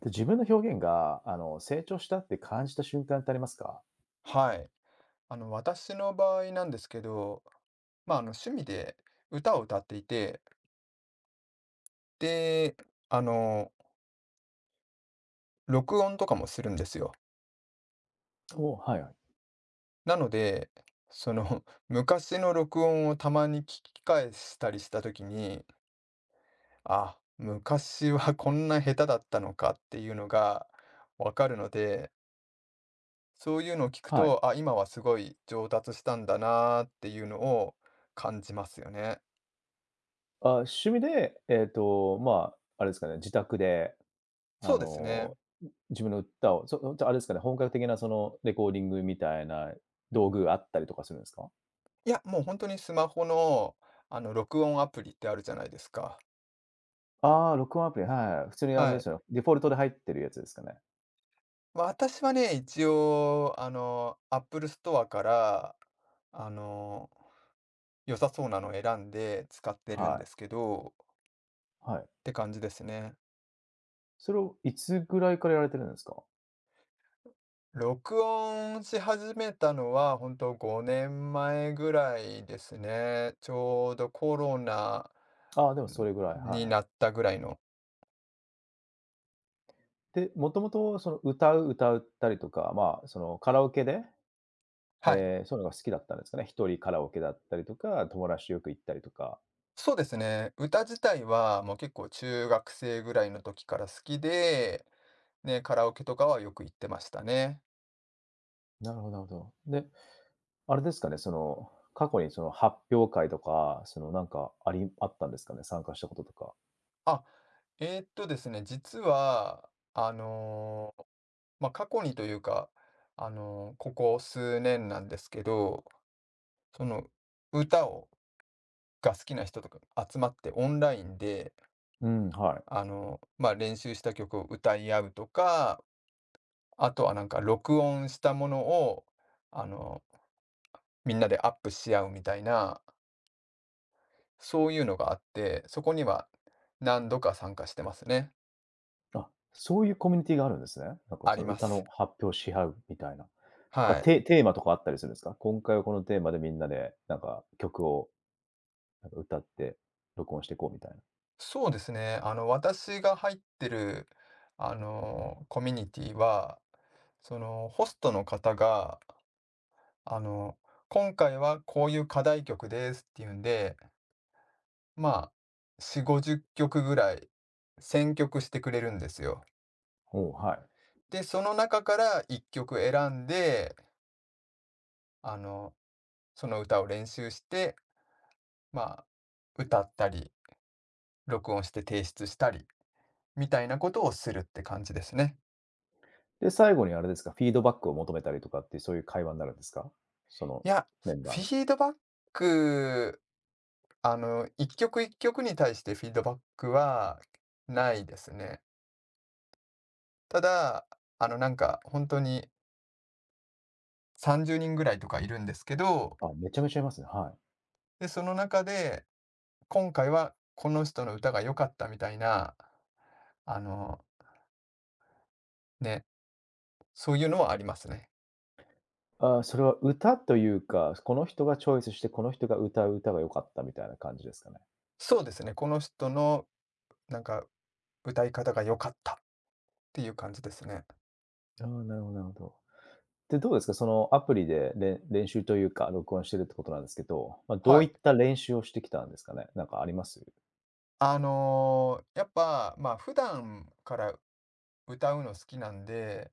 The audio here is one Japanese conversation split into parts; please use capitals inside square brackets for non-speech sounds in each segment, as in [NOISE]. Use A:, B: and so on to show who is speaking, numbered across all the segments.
A: で、自分の表現が、成長したって感じた瞬間ってありますか？
B: はい。私の場合なんですけど、まあ、趣味で歌を歌っていて、で、あの、録音とかもするんですよ。
A: はいはい。
B: なので、[LAUGHS] 昔の録音をたまに聞き返したりした時に、あ、昔はこんな下手だったのかっていうのがわかるので、そういうのを聞く
A: はい。
B: と、あ、今はすごい上達したんだなーっていうのを感じますよね。
A: あ、趣味で、まあ、あれですかね、自宅で、あ
B: そうですね。
A: の、自分の歌を、そじゃ、あれですかね、本格的なそのレコーディングみたいな道具があったりとかするんですか？
B: いや、もう本当にスマホの、録音アプリってあるじゃないですか。
A: ああ、録音アプリ、はいはい。普通にあれ
B: は
A: ですよね、
B: い。
A: デフォルトで入ってるやつですかね。
B: まあ私はね、一応、Apple ストアから、あの、良さそうなのを選んで使ってるんで
A: は
B: すけど、っ
A: い、はい。
B: て感じですね。
A: それをいつぐらいからやられてるんですか？
B: 録音し始めたのは、本当5年前ぐらいですね。ちょうどコロナ、
A: ああ、でもそ
B: ん、
A: れぐらい、はい
B: に
A: は
B: な
A: い。
B: ったぐらいの。
A: で、もともとその歌ったりとか、まあ、そのカラオケで
B: はい。
A: ええ、そういうのが好きだったんですかね。一人カラオケだったりとか、友達とよく行ったりとか。
B: そうですね。歌自体はもう結構中学生ぐらいの時から好きで、ね、カラオケとかはよく行ってましたね。
A: なるほどなるほど。で、あれですかね、その、過去にその発表会とか、そのなんかあったんですかね、参加したこととか。
B: あ、ですね、実は、まあ、過去にというか、ここ数年なんですけど、その歌が好きな人とか集まってオンラインで、
A: うん、はい。
B: まあ、練習した曲を歌い合うとか、あとはなんか録音したものを、あのみんなでアップし合うみたいな、そういうのがあって、そこには何度か参加してますね。
A: あ、そういうコミュニティがあるんですね。なんか
B: あ
A: そ
B: り
A: の
B: ま
A: 歌
B: す。
A: の発表し合うみたいな。
B: はい。
A: テーマとかあったりするんですか？今回はこのテーマでみんなでなんか曲をなんか歌って録音していこうみたいな。
B: そうですね。私が入ってる、コミュニティは、ホストの方が、あの、今回はこういう課題曲ですっていうんで、まあ、4、50曲ぐらい選曲してくれるんですよ。
A: おお、はい。
B: で、その中から1曲選んで、あの、その歌を練習して、まあ、歌ったり、録音して提出したり、みたいなことをするって感じですね。
A: で、最後にあれですか、フィードバックを求めたりとかって、そういう会話になるんですか？その
B: いや、
A: メン
B: フ
A: バーに。
B: ィードバック、一曲一曲に対してフィードバックはないですね。ただ、なんか、本当にさんじゅうに30人ぐらいとかいるんですけど、
A: あ、めちゃめちゃいますね、はい。
B: で、その中で、今回はこの人の歌が良かったみたいな、あの、ね、そういうのはありますね。
A: あ、それは歌というか、この人がチョイスして、この人が歌う歌が良かったみたいな感じですかね。
B: そうですね、この人のなんか歌い方が良かったっていう感じですね。
A: ああ、なるほどなるほど。で、どうですか、そのアプリで練習というか、録音してるってことなんですけど、ま、ど
B: は
A: ういっ
B: い。
A: た練習をしてきたんですかね？なんかあります？
B: やっぱ、まあ、普段から歌うの好きなんで、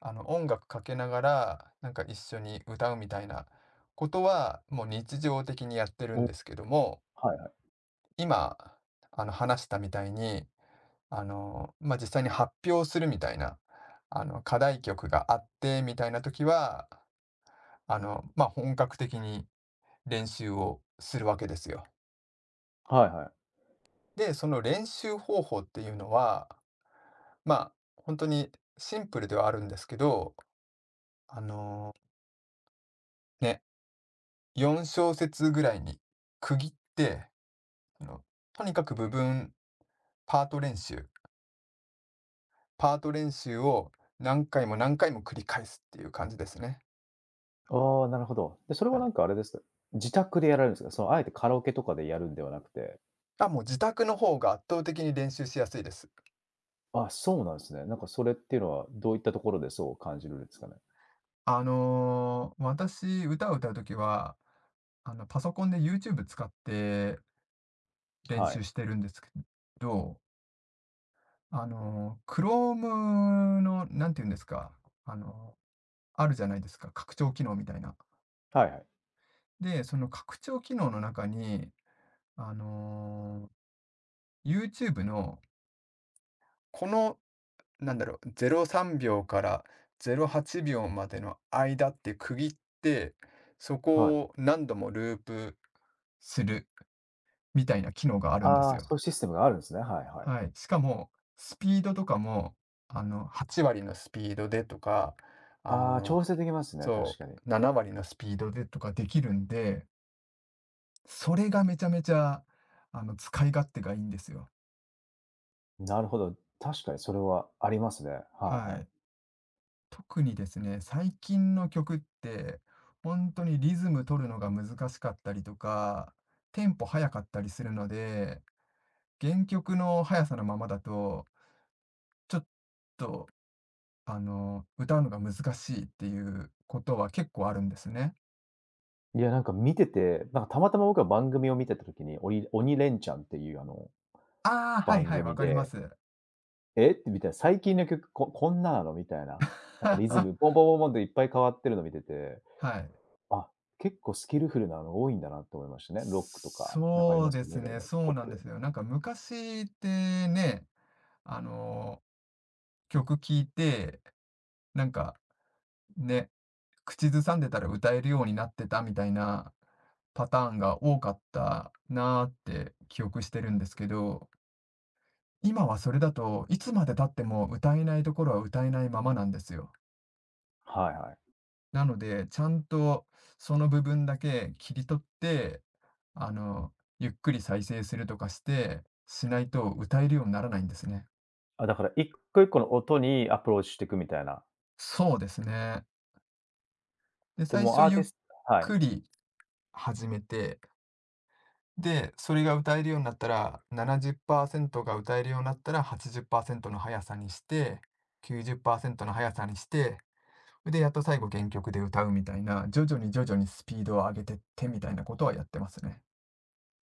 B: 音楽かけながら、なんか一緒に歌うみたいなことは、もう日常的にやってる
A: お、
B: ん
A: は
B: ですけども、
A: いはい。
B: 今、話したみたいに、まあ、実際に発表するみたいな、課題曲があってみたいな時は、まあ、本格的に練習をするわけですよ。
A: はいはい。
B: で、その練習方法っていうのは、まあ、本当にシンプルではあるんですけど、あの、ね、4小節ぐらいに区切って、あの、とにかくパート練習パート練習を何回も何回も繰り返すっていう感じですね。
A: ああ、なるほど。で、それは
B: は
A: なん
B: い。
A: かあれですか、自宅でやられるんですか？そのあえてカラオケとかでやるんではなくて、
B: あ、もう自宅の方が圧倒的に練習しやすいです。
A: あ、そうなんですね。なんかそれっていうのは、どういったところでそう感じるんですかね？
B: 私、歌を歌うときは、パソコンで YouTube 使って練
A: はい。
B: 習してるんですけどChrome の、なんて言うんですか、あの、あるじゃないですか、拡張機能みたいな。
A: はいはい。
B: で、その拡張機能の中に、あの、YouTube のこの、なんだろう、03秒から08秒までの間って区切って、そ
A: は
B: こ
A: い。
B: を何度もループするみたいな機能があるんで
A: あ
B: す
A: あ、
B: よ。
A: そういうシステムがあるんですね。はいはい。
B: はい。しかも、スピードとかも、8割のスピードでとか、あ
A: ああ、
B: の
A: 調整できますね、確
B: そ
A: かに。
B: う、7割のスピードでとかできるんで、それがめちゃめちゃ、使い勝手がいいんですよ。
A: なるほど。確かにそれはありますね。はい
B: は
A: はい。
B: い。特にですね、最近の曲って、本当にリズム取るのが難しかったりとか、テンポ速かったりするので、原曲の速さのままだと、ちょっと、歌うのが難しいっていうことは結構あるんですね。
A: いや、なんか見てて、なんかたまたま僕は番組を見てた時に、鬼レンチャンっていうあの、
B: ああ、はい
A: 番
B: はい、わ
A: 組
B: かりま
A: で、
B: す。
A: えってみたいな、最近の曲こんななのみたいな。なんかリズム、
B: [LAUGHS]
A: ボンボンボンボンっていっぱい変わってるの見てて、
B: はい。
A: あ、結構スキルフルなの多いんだなと思いましたね。ロックとか、なんかあり
B: そう
A: ます
B: で
A: よね、い
B: す
A: ろい
B: ね、
A: ろ
B: そ
A: ポ
B: う
A: ッ
B: なんで
A: プ。
B: すよ。なんか昔ってね、あの、曲聴いて、なんかね、口ずさんでたら歌えるようになってたみたいなパターンが多かったなーって記憶してるんですけど、今はそれだといつまで経っても歌えないところは歌えないままなんですよ。
A: はいはい。
B: なので、ちゃんとその部分だけ切り取って、あの、ゆっくり再生するとかして、しないと歌えるようにならないんですね。
A: あ、だから1個1個の音にアプローチしていくみたいな。
B: そうですね。で、
A: で
B: 最
A: も
B: 初
A: アー
B: ゆ
A: テ
B: っ
A: ィスはい。
B: くり始めて、で、それが歌えるようになったら、70%が歌えるようになったら、80%の速さにして、90%の速さにして、で、やっと最後原曲で歌うみたいな、徐々に徐々にスピードを上げてってみたいなことはやってますね。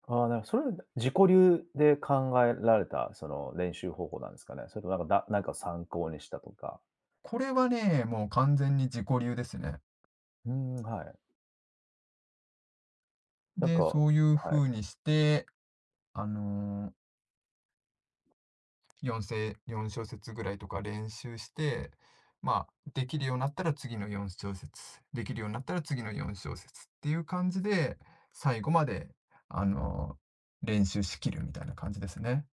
A: ああ、それ自己流で考えられた、その練習方法なんですかね？それともなんか、なんかを参考にしたとか。
B: これはね、もう完全に自己流ですね。
A: うーん、はい。なん
B: で、
A: か、
B: そういう
A: はい。
B: 風にして、あの4小節ぐらいとか練習して、まあ、できるようになったら次の4小節、できるようになったら次の4小節っていう感じで、最後まで、あの練習しきるみたいな感じですね。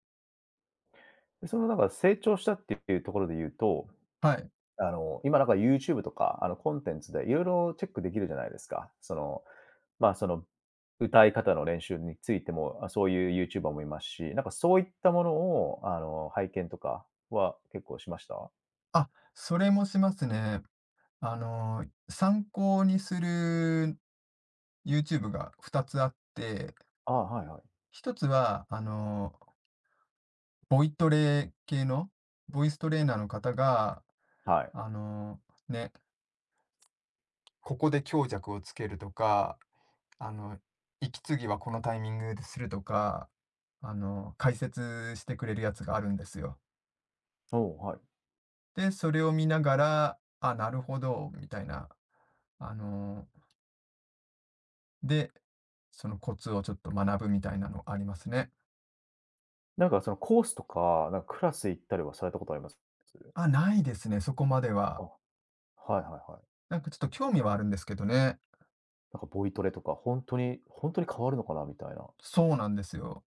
A: で、そのなんか成長したっていうところで言うと、
B: はい。
A: 今なんか YouTube とか、コンテンツでいろいろチェックできるじゃないですか。その、まあ、その、歌い方の練習についても、あ、そういうユーチューバーもいますし、なんかそういったものを、拝見とかは結構しました？
B: あ、それもしますね。参考にする YouTube が2つあって、
A: ああ、はいはい。
B: 一つは、ボイトレ系の、ボイストレーナーの方が、
A: はい。
B: あの、ね、ここで強弱をつけるとか、あの、息継ぎはこのタイミングでするとか、解説してくれるやつがあるんですよ。
A: おお、はい。
B: で、それを見ながら、あ、なるほど、みたいな。あの、で、そのコツをちょっと学ぶみたいなのありますね。
A: なんかそのコースとか、なんかクラス行ったりはされたことあります？
B: あ、ないですね、そこまで
A: あ、
B: は。
A: はいはいはい。
B: なんかちょっと興味はあるんですけどね。
A: なんかボイトレとか、ほんとにほんとに変わるのかなみたいな。
B: そうなんですよ。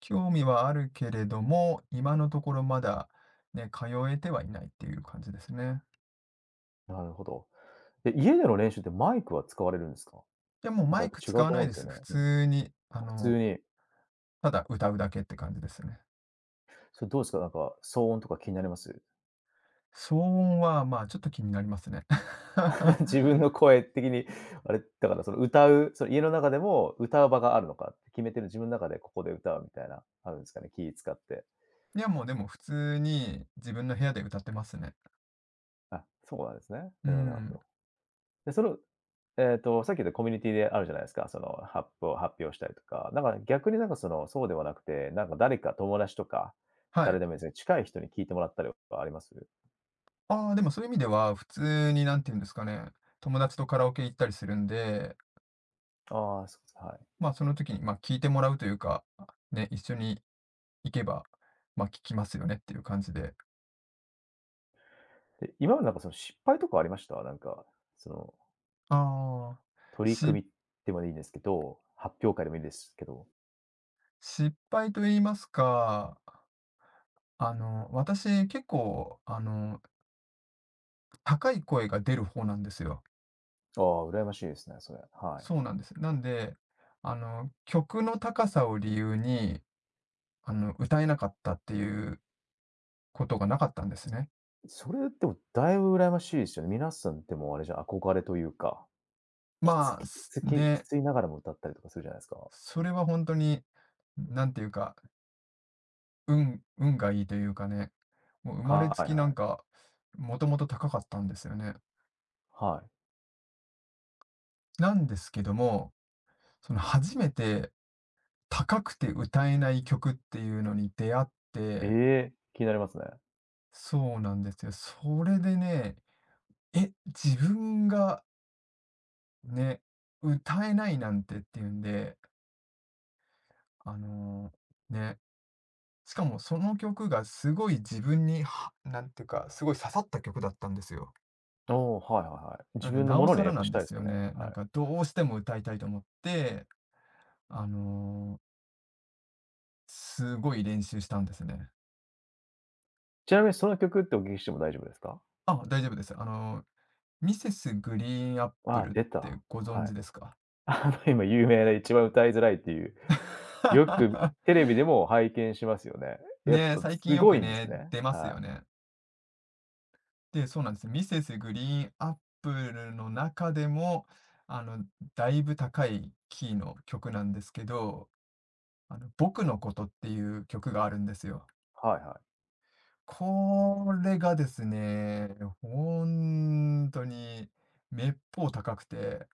B: 興味はあるけれども、今のところまだね、通えてはいないっていう感じですね。
A: なるほど。で、家での練習ってマイクは使われるんですか？
B: いや、もう
A: なんか
B: マ
A: やっ
B: イ
A: ぱ
B: ク
A: 違
B: 使
A: う
B: わ
A: と
B: な
A: 思うん
B: い
A: で
B: で
A: すよ
B: す。
A: ね。
B: 普
A: うん。
B: 通に、
A: 普通に、
B: ただ歌うだけって感じですね。
A: それどうですか？なんか、騒音とか気になります？
B: 騒音は、まあ、ちょっと気になりますね。[LAUGHS]
A: [LAUGHS] 自分の声的に、あれ、だからその歌う、その家の中でも歌う場があるのかって決めてる自分の中でここで歌うみたいな、あるんですかね、気使って。
B: いや、もうでも普通に自分の部屋で歌ってますね。
A: あ、そうなんですね。
B: う
A: なるほどなるほ
B: ん。
A: ど。で、その、さっき言ったコミュニティであるじゃないですか、その、発表したりとか、なんか逆になんかその、そうではなくて、なんか誰か友達とか、
B: は
A: 誰
B: い。
A: でもいいですね、近い人に聞いてもらったりはあります？
B: ああ、でもそういう意味では、普通に、なんていうんですかね、友達とカラオケ行ったりするんで、
A: ああー、そうです、はい。
B: まあ、その時に、まあ、聞いてもらうというか、ね、一緒に行けば、まあ、効きますよねっていう感じで。
A: で、今までなんかその失敗とかありました？なんか、その
B: ああ。
A: 取り
B: し
A: 組みでもいいんですけど、発表会でもいいですけど。
B: 失敗と言いますか、私結構、高い声が出る方なんですよ。
A: ああ、羨ましいですね、それ。はい。
B: そうなんです。なんで、曲の高さを理由に、歌えなかったっていうことがなかったんですね。
A: それでもだいぶ羨ましいですよね。皆さんでもあれじゃ憧れというか、きつ
B: まあ、
A: きき
B: す
A: つきき
B: ね、
A: ついながらも歌ったりとかするじゃないですか。
B: それは本当に、なんていうか、運がいいというかね、もう生まれ
A: はい
B: つきな
A: は
B: ん
A: い。
B: か、もともと高かったんですよね。
A: はい。
B: なんですけども、その初めて高くて歌えない曲っていうのに出会っ
A: え
B: て、
A: え、気になりますね。
B: そうなんですよ。それでね、え、自分がね、歌えないなんてっていうんで、あのね、しかもその曲がすごい自分に、なんていうか、すごい刺さった曲だったんですよ。
A: ああ、はいはいはい。自
B: なんで、
A: 分の
B: な
A: も
B: お
A: のに
B: さ
A: や
B: ら
A: っぱ
B: な
A: し
B: ん
A: た
B: で
A: いです
B: す
A: よ
B: よ
A: ね。
B: ね。
A: は
B: なん
A: い。
B: かどうしても歌いたいと思って、あの、すごい練習したんですね。
A: ちなみにその曲ってお聞きしても大丈夫ですか？
B: あ、大丈夫です。ミセスグリーンアップ
A: ああ、
B: ルっ
A: 出た。
B: てご
A: は
B: 存
A: い。
B: 知ですか？
A: あの今有名な一番歌いづらいっていう、よくテレ
B: [LAUGHS]
A: ビでも拝見しますよね。やっ
B: ねえ、
A: ぱ
B: 最近
A: す
B: よ
A: ご
B: く
A: いんです
B: ね、
A: ね。
B: 出ます
A: は
B: よ
A: い。
B: ね。で、そうなんですミセスグリーンアップルの中でも、あの、だいぶ高いキーの曲なんですけど、僕のことっていう曲があるんですよ。
A: はいはい。
B: これがですね、ほんとにめっぽう高くて、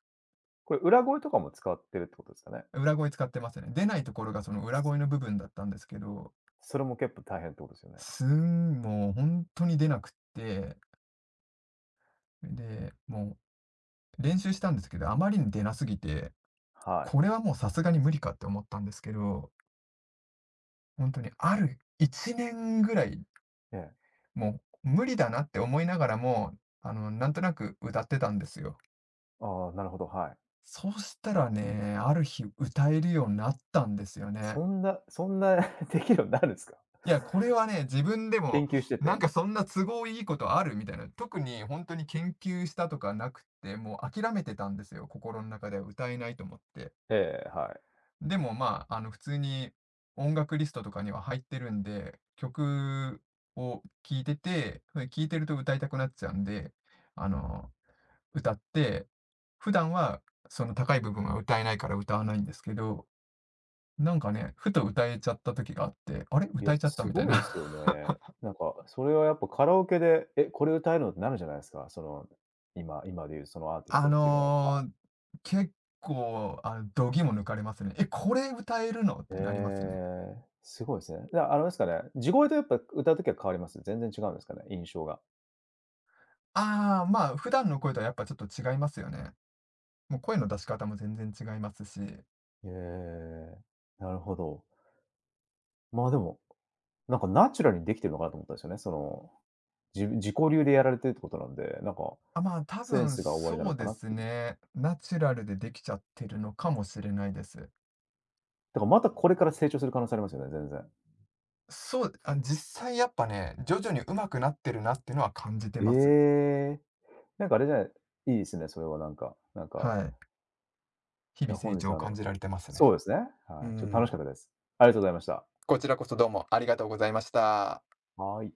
A: これ裏声とかも使ってるってことですかね？
B: 裏声使ってますね。出ないところがその裏
A: す
B: 声の部分だったんですけど
A: それも結構大変ってことですよね？
B: もう本当に出なくって、で、もう練習したんですけど、あまりに出なすぎて、
A: はい。
B: これはもうさすがに無理かって思ったんですけど、本当にある1年ぐらい、
A: ええ。
B: もう無理だなって思いながらも、なんとなく歌ってたんですよ。
A: ああ、なるほど、はい。
B: そうしたらね、ある日歌えるようになったんですよね。
A: そんなそんな [LAUGHS] できるようになるんですか？
B: いや、これはね、自分でも、
A: 研究して
B: なん
A: て。
B: かそんな都合いいことある？みたいな。特に本当に研究したとかなくて、もう諦めてたんですよ、心の中では歌えないと思って。
A: ええ、は
B: でも、まあ、普通に音楽リストとかには入ってるんで、曲を聴いてて、それ聴いてると歌いたくなっちゃうんで、あの、歌って、普段はその高い部分は歌えないから歌わないんですけど、なんかね、ふと歌えちゃった時があって、あれ、
A: い。い
B: 歌
A: や、
B: えちゃった
A: す
B: みたい
A: ごいで
B: な。
A: すよね。なんか、それはやっぱカラオケで、え、これ歌えるのってなるじゃないですか。その、今でいうそのアーティス
B: あ
A: トっていうのはやっぱ。
B: の、結構、あ、度肝抜かれますね。「え、これ歌えるの？」っ
A: え
B: てなりますね。
A: え、すごいですね。じゃあ、あれですかね、地声とやっぱ歌う時は変わります？全然違うんですかね、印象が。
B: ああ、まあ、普段の声とはやっぱちょっと違いますよね。もう声の出し方も全然違いますし、
A: ええ、なるほど。まあ、でも、なんかナチュラルにできてるのかなと思ったんですよね。その、自己流でやられてるってことなんで、なんか
B: あ、まあ、多
A: セン
B: 分
A: スがおありな
B: そ
A: の
B: う
A: か
B: で
A: なっ
B: す
A: ていう。
B: ね、ナチュラルでできちゃってるのかもしれないです。
A: だからまたこれから成長する可能性ありますよね、
B: そう、あ、実際やっぱね、徐々に上手くなってるなっていうのは感
A: 全然。
B: じて
A: え
B: ます。
A: え、なんかあれじゃないいいですね、それはなんか。なんか、
B: はい。日
A: いや、
B: 々成
A: 本日
B: 長を
A: あ
B: 感
A: の
B: じられてます
A: そう
B: ね。
A: ですね、
B: う
A: はい、ちょっと楽しか
B: ん。
A: ったです。ありがとうございました。
B: こちらこそどうもありがとうございました。
A: はい。